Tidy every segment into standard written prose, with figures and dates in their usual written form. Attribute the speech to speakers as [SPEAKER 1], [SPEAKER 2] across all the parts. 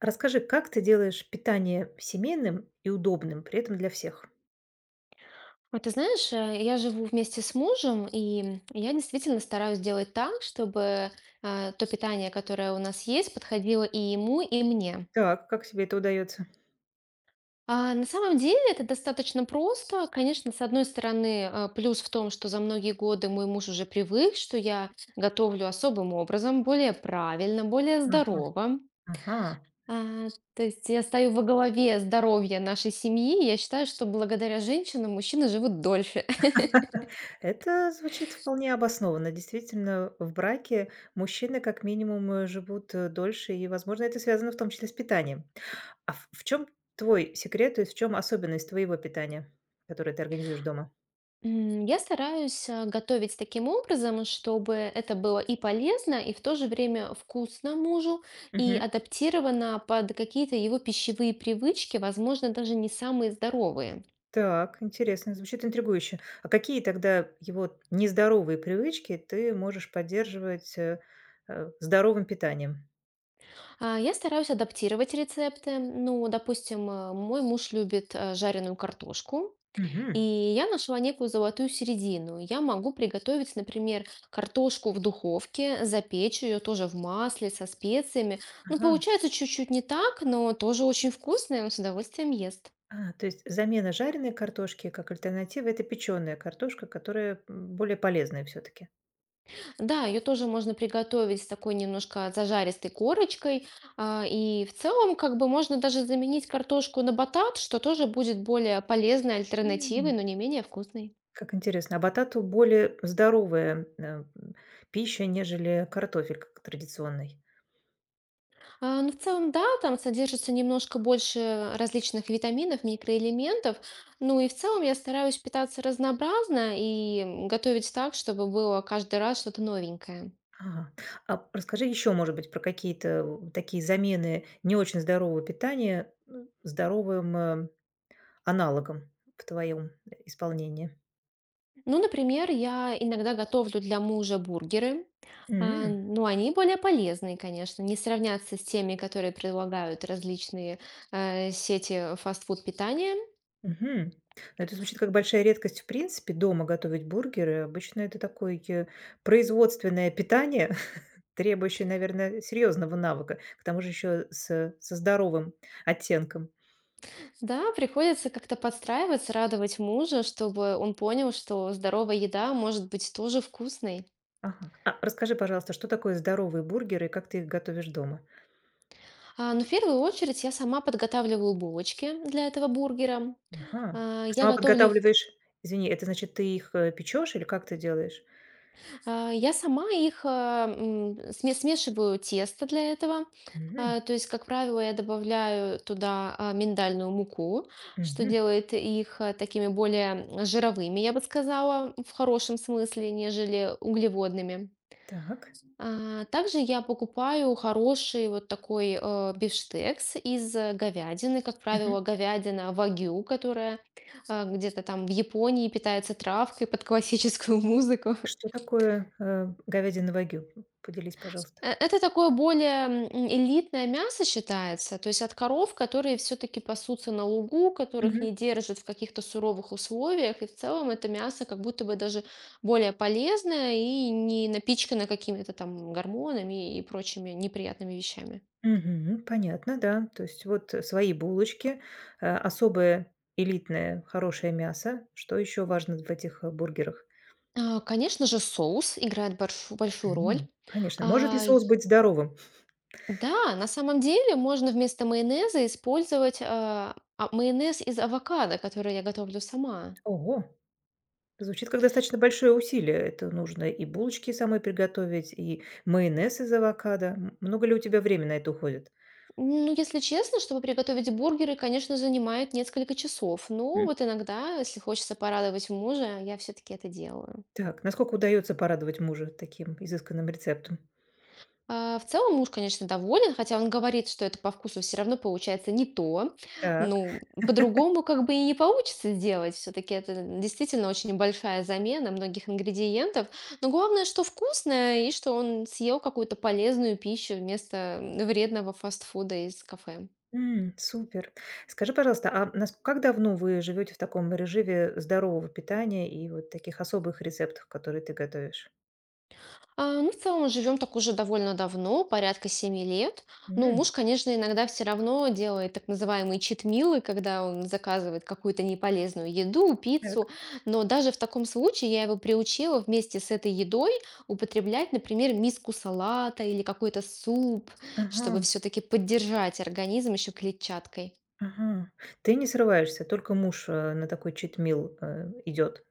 [SPEAKER 1] Расскажи, как ты делаешь питание семейным и удобным, при этом для всех?
[SPEAKER 2] Вот ты знаешь, я живу вместе с мужем, и я действительно стараюсь делать так, чтобы то питание, которое у нас есть, подходило и ему, и мне.
[SPEAKER 1] Так, как тебе это удается?
[SPEAKER 2] А на самом деле это достаточно просто. Конечно, с одной стороны, плюс в том, что за многие годы мой муж уже привык, что я готовлю особым образом, более правильно, более
[SPEAKER 1] Ага,
[SPEAKER 2] здорово.
[SPEAKER 1] ага.
[SPEAKER 2] А, то есть я стою во главе здоровья нашей семьи. И я считаю, что благодаря женщинам мужчины живут дольше.
[SPEAKER 1] Это звучит вполне обоснованно. Действительно, в браке мужчины как минимум живут дольше, и, возможно, это связано в том числе с питанием. А в чем твой секрет, то есть в чем особенность твоего питания, которое ты организуешь дома?
[SPEAKER 2] Я стараюсь готовить таким образом, чтобы это было и полезно, и в то же время вкусно мужу, и адаптировано под какие-то его пищевые привычки, возможно, даже не самые здоровые.
[SPEAKER 1] Так, интересно, звучит интригующе. А какие тогда его нездоровые привычки ты можешь поддерживать, здоровым питанием?
[SPEAKER 2] Я стараюсь адаптировать рецепты. Ну, допустим, мой муж любит жареную картошку. И
[SPEAKER 1] Мгм.
[SPEAKER 2] я нашла некую золотую середину. Я могу приготовить, например, картошку в духовке, запечь ее тоже в масле со специями. Ну,
[SPEAKER 1] Ага.
[SPEAKER 2] получается чуть-чуть не так, но тоже очень вкусно, и он с удовольствием ест.
[SPEAKER 1] А, то есть замена жареной картошки как альтернатива — это печеная картошка, которая, более полезная все таки.
[SPEAKER 2] Да, ее тоже можно приготовить с такой немножко зажаристой корочкой. И в целом, как бы можно даже заменить картошку на батат, что тоже будет более полезной альтернативой,
[SPEAKER 1] М,
[SPEAKER 2] но не менее вкусной.
[SPEAKER 1] как интересно. А батату более здоровая, пища, нежели картофель как традиционный.
[SPEAKER 2] Ну, в целом, да, там содержится немножко больше различных витаминов, микроэлементов. Ну и в целом я стараюсь питаться разнообразно и готовить так, чтобы было каждый раз что-то новенькое.
[SPEAKER 1] Ага. А расскажи еще, может быть, про какие-то в такие замены не очень здорового питания, ну, здоровым, аналогом в твоем исполнении.
[SPEAKER 2] Ну, например, я иногда готовлю для мужа бургеры.
[SPEAKER 1] М,
[SPEAKER 2] Ну, они более полезные, конечно, не сравнятся с теми, которые предлагают различные сети фастфуд питания.
[SPEAKER 1] мгм. Ну, это звучит как большая редкость, в принципе, дома готовить бургеры. Обычно это такое, производственное питание, требующее, наверное, серьезного навыка, к тому же еще со здоровым оттенком.
[SPEAKER 2] Да, приходится как-то подстраиваться, радовать мужа, чтобы он понял, что здоровая еда может быть тоже вкусной.
[SPEAKER 1] Ага. А расскажи, пожалуйста, что такое здоровые бургеры и как ты их готовишь дома?
[SPEAKER 2] Но в первую очередь я сама подготавливаю булочки для этого бургера.
[SPEAKER 1] Ага.
[SPEAKER 2] А,
[SPEAKER 1] А
[SPEAKER 2] я
[SPEAKER 1] сама
[SPEAKER 2] готовлю их,
[SPEAKER 1] подготавливаешь извини, это значит, ты их, печёшь или как ты делаешь?
[SPEAKER 2] я сама их смешиваю тесто для этого.
[SPEAKER 1] Мгм,
[SPEAKER 2] То есть, как правило, я добавляю туда миндальную муку, что
[SPEAKER 1] мгм.
[SPEAKER 2] делает их такими более жировыми, я бы сказала, в хорошем смысле, нежели углеводными.
[SPEAKER 1] Так.
[SPEAKER 2] Также я покупаю хороший вот такой бифштекс из говядины, как
[SPEAKER 1] Мгм.
[SPEAKER 2] правило, говядина вагю, которая где-то там в Японии питается травкой под классическую музыку.
[SPEAKER 1] Что такое, говядина вагю? Поделись, пожалуйста.
[SPEAKER 2] Это такое более элитное мясо считается, то есть от коров, которые все-таки пасутся на лугу, которых не
[SPEAKER 1] Мгм,
[SPEAKER 2] держат в каких-то суровых условиях, и в целом это мясо как будто бы даже более полезное и не напичкано какими-то там гормонами и прочими неприятными вещами.
[SPEAKER 1] мгм. Понятно, да. То есть вот, свои булочки, особое элитное хорошее мясо. Что еще важно в этих, бургерах?
[SPEAKER 2] Конечно же, соус играет большую роль.
[SPEAKER 1] М, конечно. Может ли
[SPEAKER 2] А, и-
[SPEAKER 1] соус быть здоровым?
[SPEAKER 2] Да, на самом деле можно вместо майонеза использовать майонез из авокадо, который я готовлю сама.
[SPEAKER 1] Ого! Звучит как достаточно большое усилие. Это нужно и булочки самой приготовить, и майонез из авокадо. Много ли у тебя времени на это уходит?
[SPEAKER 2] Ну, если честно, чтобы приготовить бургеры, конечно, занимает несколько часов. Но
[SPEAKER 1] М,
[SPEAKER 2] вот иногда, если хочется порадовать мужа, я все-таки это делаю.
[SPEAKER 1] так, насколько удается порадовать мужа таким изысканным рецептом?
[SPEAKER 2] В целом муж, конечно, доволен, хотя он говорит, что это по вкусу все равно получается не то.
[SPEAKER 1] Так,
[SPEAKER 2] Ну, по-другому как бы и не получится сделать. Все-таки это действительно очень большая замена многих ингредиентов. Но главное, что вкусное и что он съел какую-то полезную пищу вместо вредного фастфуда из кафе.
[SPEAKER 1] м, супер. Скажи, пожалуйста, как давно вы живете в таком режиме здорового питания и вот таких особых рецептов, которые ты готовишь?
[SPEAKER 2] Ну, в целом живем так уже довольно давно, порядка 7 лет. Ну,
[SPEAKER 1] М,
[SPEAKER 2] муж, конечно, иногда все равно делает так называемые читмилы, когда он заказывает какую-то неполезную еду,
[SPEAKER 1] так,
[SPEAKER 2] пиццу. Но даже в таком случае я его приучила вместе с этой едой употреблять, например, миску салата или какой-то суп,
[SPEAKER 1] ага,
[SPEAKER 2] чтобы все-таки поддержать организм еще клетчаткой.
[SPEAKER 1] ага. Ты не срываешься, только муж на такой читмил идет.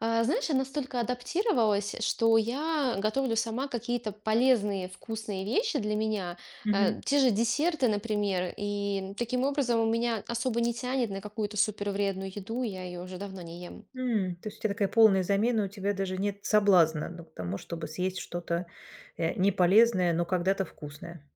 [SPEAKER 2] Знаешь, я настолько адаптировалась, что я готовлю сама какие-то полезные, вкусные вещи для меня. Те же десерты, например. И таким образом у меня особо не тянет на какую-то супервредную еду, я ее уже давно не ем.
[SPEAKER 1] М, то есть у тебя такая полная замена, у тебя даже нет соблазна, ну, к тому, чтобы съесть что-то, неполезное, но когда-то вкусное.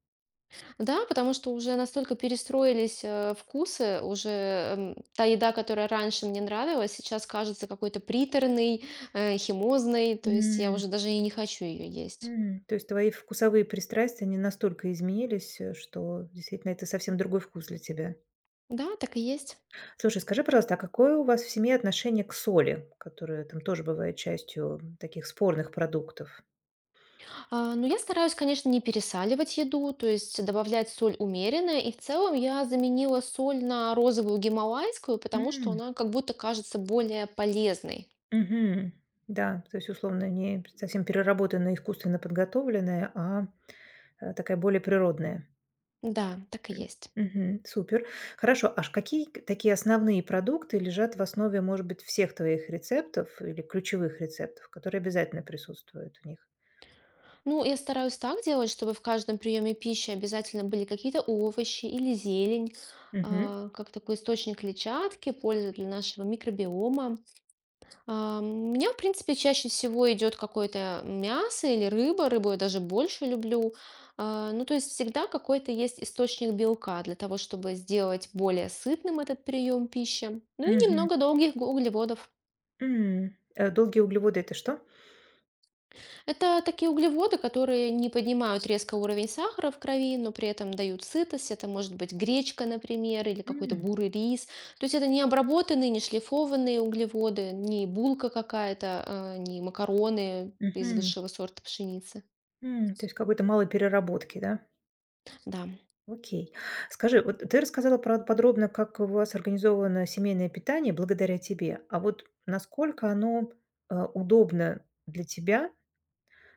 [SPEAKER 2] Да, потому что уже настолько перестроились вкусы, уже та еда, которая раньше мне нравилась, сейчас кажется какой-то приторной, химозной, то есть я уже
[SPEAKER 1] М,
[SPEAKER 2] даже и не хочу ее есть.
[SPEAKER 1] м. То есть твои вкусовые пристрастия, они настолько изменились, что действительно это совсем другой вкус для тебя.
[SPEAKER 2] Да, так и есть.
[SPEAKER 1] Слушай, скажи, пожалуйста, а какое у вас в семье отношение к соли, которая там тоже бывает частью, таких спорных продуктов?
[SPEAKER 2] Ну, я стараюсь, конечно, не пересаливать еду, то есть добавлять соль умеренно. И в целом я заменила соль на розовую гималайскую, потому что
[SPEAKER 1] М,
[SPEAKER 2] она как будто кажется более полезной.
[SPEAKER 1] мгм. Да, то есть, условно, не совсем переработанная, искусственно подготовленная, такая более природная.
[SPEAKER 2] Да, так и
[SPEAKER 1] М,
[SPEAKER 2] есть.
[SPEAKER 1] мгм. Супер. Хорошо. Аж какие к такие основные продукты лежат в основе, может быть, всех твоих рецептов или ключевых рецептов, которые обязательно присутствуют в них?
[SPEAKER 2] Ну, я стараюсь так делать, чтобы в каждом приеме пищи обязательно были какие-то овощи или зелень,
[SPEAKER 1] Мгм.
[SPEAKER 2] как такой источник клетчатки, пользы для нашего микробиома. Мне, в принципе, чаще всего идет какое-то мясо или рыба. Рыбу я даже больше люблю. Ну, то есть всегда какой-то есть источник белка для того, чтобы сделать более сытным этот прием пищи. Ну и
[SPEAKER 1] Мгм.
[SPEAKER 2] немного долгих углеводов.
[SPEAKER 1] М. Долгие углеводы — это что?
[SPEAKER 2] Это такие углеводы, которые не поднимают резко уровень сахара в крови, но при этом дают сытость. Это может быть гречка, например, или какой-то
[SPEAKER 1] М.
[SPEAKER 2] бурый рис. То есть это не обработанные, не шлифованные углеводы, не булка какая-то, а, не макароны из
[SPEAKER 1] Мгм.
[SPEAKER 2] высшего сорта пшеницы.
[SPEAKER 1] М. То есть какой-то малой переработки, да?
[SPEAKER 2] Да,
[SPEAKER 1] Окей. Скажи, вот ты рассказала про подробно, как у вас организовано семейное питание благодаря тебе. А вот насколько оно, удобно для тебя.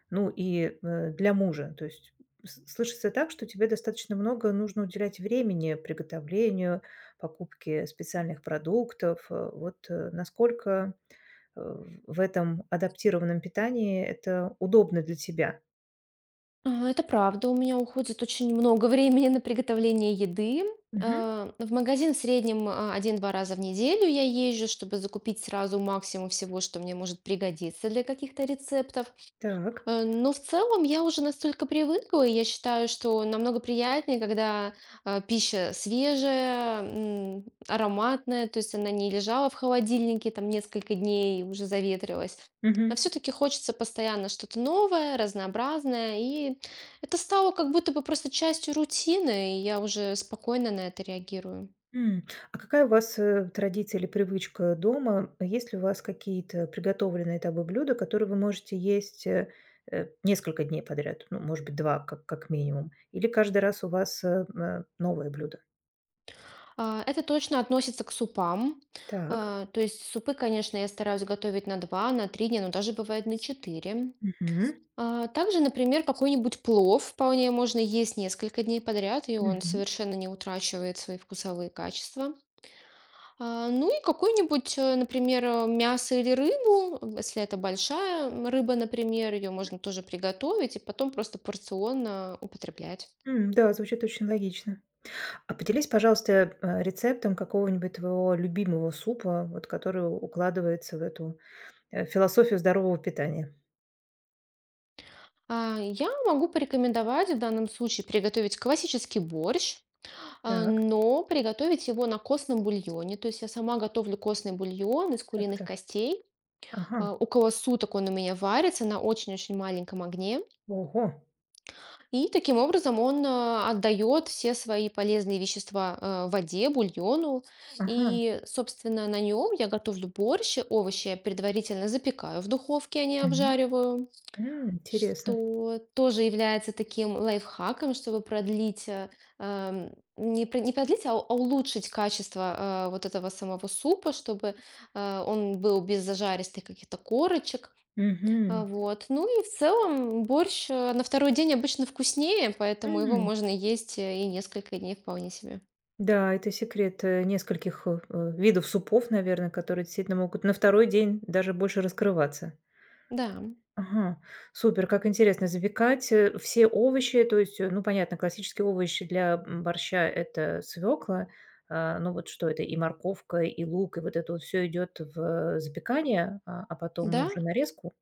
[SPEAKER 1] Ну и, для мужа. То есть с слышится так, что тебе достаточно много нужно уделять времени приготовлению, покупке специальных продуктов. Вот, насколько, э, в этом адаптированном питании это удобно для тебя?
[SPEAKER 2] Это правда. У меня уходит очень много времени на приготовление еды.
[SPEAKER 1] Мгм.
[SPEAKER 2] В магазин в среднем 1-2 раза в неделю я езжу, чтобы закупить сразу максимум всего, что мне может пригодиться для каких-то рецептов.
[SPEAKER 1] Так.
[SPEAKER 2] Ну, в целом, я уже настолько привыкла, и я считаю, что намного приятнее, когда пища свежая, ароматная, то есть она не лежала в холодильнике там несколько дней и уже заветрилась. А
[SPEAKER 1] Мгм.
[SPEAKER 2] все-таки хочется постоянно что-то новое, разнообразное, и это стало как будто бы просто частью рутины, и я уже спокойно на это реагирую.
[SPEAKER 1] М. А какая у вас, традиция или привычка дома? Есть ли у вас какие-то приготовленные тобой блюда, которые вы можете есть, несколько дней подряд? Ну, может быть, 2 как минимум. Или каждый раз у вас, новое блюдо?
[SPEAKER 2] Это точно относится к супам.
[SPEAKER 1] Так.
[SPEAKER 2] То есть супы, конечно, я стараюсь готовить на 2, на 3 дня, но даже бывает на 4.
[SPEAKER 1] Мгм.
[SPEAKER 2] Также, например, какой-нибудь плов вполне можно есть несколько дней подряд, и он
[SPEAKER 1] Мгм.
[SPEAKER 2] совершенно не утрачивает свои вкусовые качества. Ну и какой-нибудь, например, мясо или рыбу, если это большая рыба, например, ее можно тоже приготовить и потом просто порционно употреблять.
[SPEAKER 1] М, да, звучит очень логично. А поделись, пожалуйста, рецептом какого-нибудь твоего любимого супа, вот который укладывается в эту, философию здорового питания.
[SPEAKER 2] Я могу порекомендовать в данном случае приготовить классический борщ,
[SPEAKER 1] Так,
[SPEAKER 2] но приготовить его на костном бульоне. То есть я сама готовлю костный бульон из
[SPEAKER 1] так,
[SPEAKER 2] куриных
[SPEAKER 1] так.
[SPEAKER 2] костей.
[SPEAKER 1] Ага.
[SPEAKER 2] Около суток он у меня варится на очень-очень маленьком огне.
[SPEAKER 1] Ого!
[SPEAKER 2] И таким образом он отдает все свои полезные вещества воде, бульону.
[SPEAKER 1] Ага.
[SPEAKER 2] И, собственно, на нем я готовлю борщ, овощи я предварительно запекаю в духовке, а не обжариваю.
[SPEAKER 1] М, интересно.
[SPEAKER 2] Что тоже является таким лайфхаком, чтобы продлить, не продлить, а улучшить качество вот этого самого супа, чтобы он был без зажаристых каких-то корочек.
[SPEAKER 1] Мгм.
[SPEAKER 2] Вот. Ну и в целом борщ, на второй день обычно вкуснее, поэтому его
[SPEAKER 1] М.
[SPEAKER 2] можно есть и несколько дней вполне себе.
[SPEAKER 1] Да, это секрет, нескольких видов супов, наверное, которые действительно могут на второй день даже больше раскрываться.
[SPEAKER 2] Да.
[SPEAKER 1] Ага, супер, как интересно. Запекать, все овощи, то есть, ну, понятно, классические овощи для, борща — это свекла. Ну, вот что это? И морковка, и лук, и вот это вот всё идёт в, запекание, а потом
[SPEAKER 2] Да,
[SPEAKER 1] уже нарезку?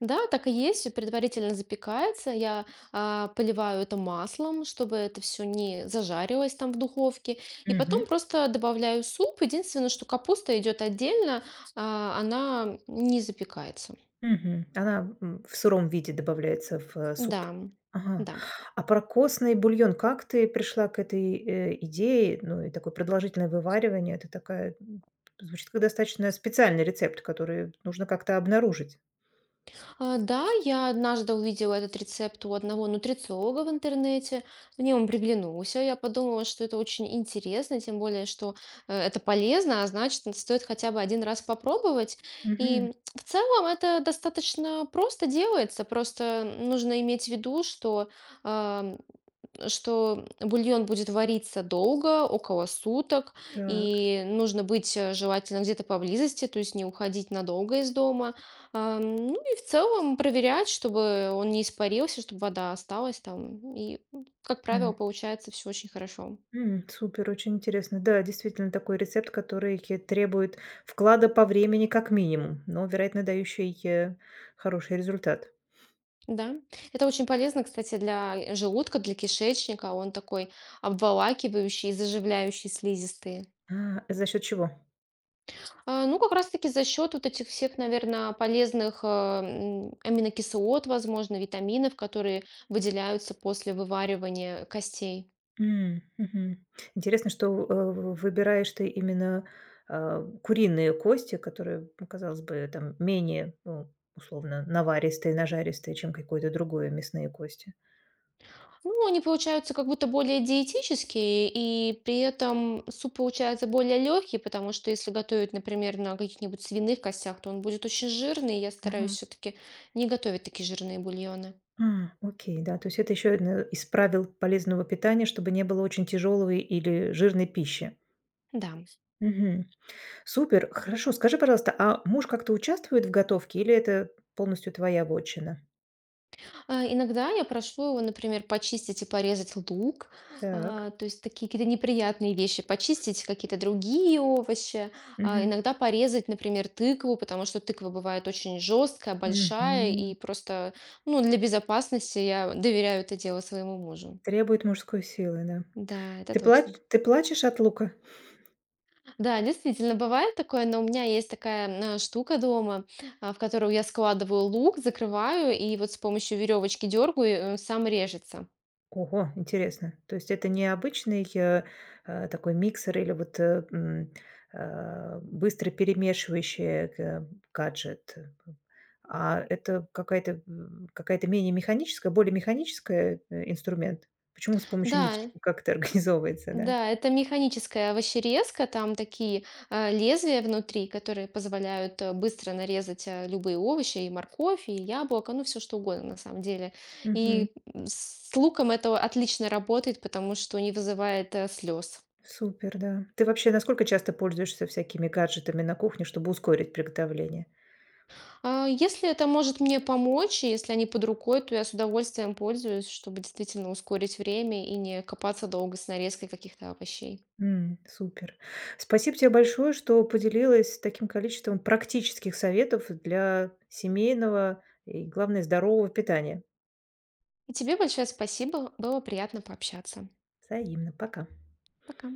[SPEAKER 2] да, так и есть, всё предварительно запекается. Я поливаю это маслом, чтобы это все не зажарилось там в духовке. И потом просто добавляю суп. Единственное, что капуста идет отдельно, а, она не запекается.
[SPEAKER 1] Мгм. Она, в сыром виде добавляется в,
[SPEAKER 2] Да,
[SPEAKER 1] суп. Ага.
[SPEAKER 2] да.
[SPEAKER 1] А про костный бульон как ты пришла к этой, идее? Ну, и такое продолжительное вываривание. Это такая, звучит как достаточно специальный рецепт, который нужно как-то обнаружить.
[SPEAKER 2] Да, я однажды увидела этот рецепт у одного нутрициолога в интернете. Мне он приглянулся. Я подумала, что это очень интересно, тем более, что это полезно, а значит, стоит хотя бы один раз попробовать.
[SPEAKER 1] Мгм.
[SPEAKER 2] И в целом это достаточно просто делается. Просто нужно иметь в виду, ам, что бульон будет вариться долго, около суток,
[SPEAKER 1] Так.
[SPEAKER 2] и нужно быть желательно где-то поблизости, то есть не уходить надолго из дома. Ну и в целом проверять, чтобы он не испарился, чтобы вода осталась там. И, как правило,
[SPEAKER 1] М.
[SPEAKER 2] получается все очень хорошо.
[SPEAKER 1] М, супер, очень интересно. Да, действительно, такой рецепт, который ке требует вклада по времени как минимум, но, вероятно, дающий, хороший результат.
[SPEAKER 2] Да, это очень полезно, кстати, для желудка, для кишечника. Он такой обволакивающий, заживляющий слизистые.
[SPEAKER 1] А, за счет чего?
[SPEAKER 2] Ну, как раз-таки за счет вот этих всех, наверное, полезных аминокислот, возможно, витаминов, которые выделяются после вываривания костей.
[SPEAKER 1] М, мгм. Интересно, что, э, в выбираешь ты именно, куриные кости, которые, ну, казалось бы, там менее, ну, условно, наваристые, нажаристые, чем какое-то другое мясные кости.
[SPEAKER 2] Ну, они получаются как будто более диетические, и при этом суп получается более легкий, потому что если готовить, например, на каких-нибудь свиных костях, то он будет очень жирный, и я стараюсь
[SPEAKER 1] Мгм.
[SPEAKER 2] все-таки не готовить такие жирные бульоны.
[SPEAKER 1] А, окей, да. То есть это еще одно из правил полезного питания, чтобы не было очень тяжелой или жирной пищи.
[SPEAKER 2] Да.
[SPEAKER 1] Мгм. Супер. Хорошо. Скажи, пожалуйста, а муж как-то участвует в готовке или это полностью твоя вотчина?
[SPEAKER 2] Иногда я прошу его, например, почистить и порезать лук,
[SPEAKER 1] Так.
[SPEAKER 2] то есть такие какие-то неприятные вещи, почистить какие-то другие овощи, а,
[SPEAKER 1] Мгм.
[SPEAKER 2] иногда порезать, например, тыкву, потому что тыква бывает очень жесткая, большая,
[SPEAKER 1] Мгм.
[SPEAKER 2] и просто, ну, для безопасности я доверяю это дело своему мужу.
[SPEAKER 1] Требует мужской силы, да.
[SPEAKER 2] Да, это точно.
[SPEAKER 1] Ты плачешь от лука?
[SPEAKER 2] Да, действительно, бывает такое, но у меня есть такая штука дома, в которую я складываю лук, закрываю, и вот с помощью веревочки дергаю, сам режется.
[SPEAKER 1] Ого, интересно. То есть это не обычный, такой миксер или вот, быстро перемешивающий г гаджет, а это какая-то, какая-то менее механическая, более механическая, инструмент? Почему с помощью
[SPEAKER 2] Да,
[SPEAKER 1] ниточки? Как это организовывается, да?
[SPEAKER 2] да, это механическая овощерезка, там такие лезвия внутри, которые позволяют быстро нарезать любые овощи, и морковь, и яблоко, ну все что угодно на самом деле.
[SPEAKER 1] Мгм.
[SPEAKER 2] И с луком это отлично работает, потому что не вызывает слез.
[SPEAKER 1] Супер, да. Ты вообще насколько часто пользуешься всякими гаджетами на кухне, чтобы ускорить приготовление?
[SPEAKER 2] Если это может мне помочь, и если они под рукой, то я с удовольствием пользуюсь, чтобы действительно ускорить время и не копаться долго с нарезкой каких-то овощей.
[SPEAKER 1] М, супер. Спасибо тебе большое, что поделилась таким количеством практических советов для семейного и, главное, здорового питания.
[SPEAKER 2] И тебе большое спасибо, было приятно пообщаться.
[SPEAKER 1] Взаимно. Пока.
[SPEAKER 2] Пока.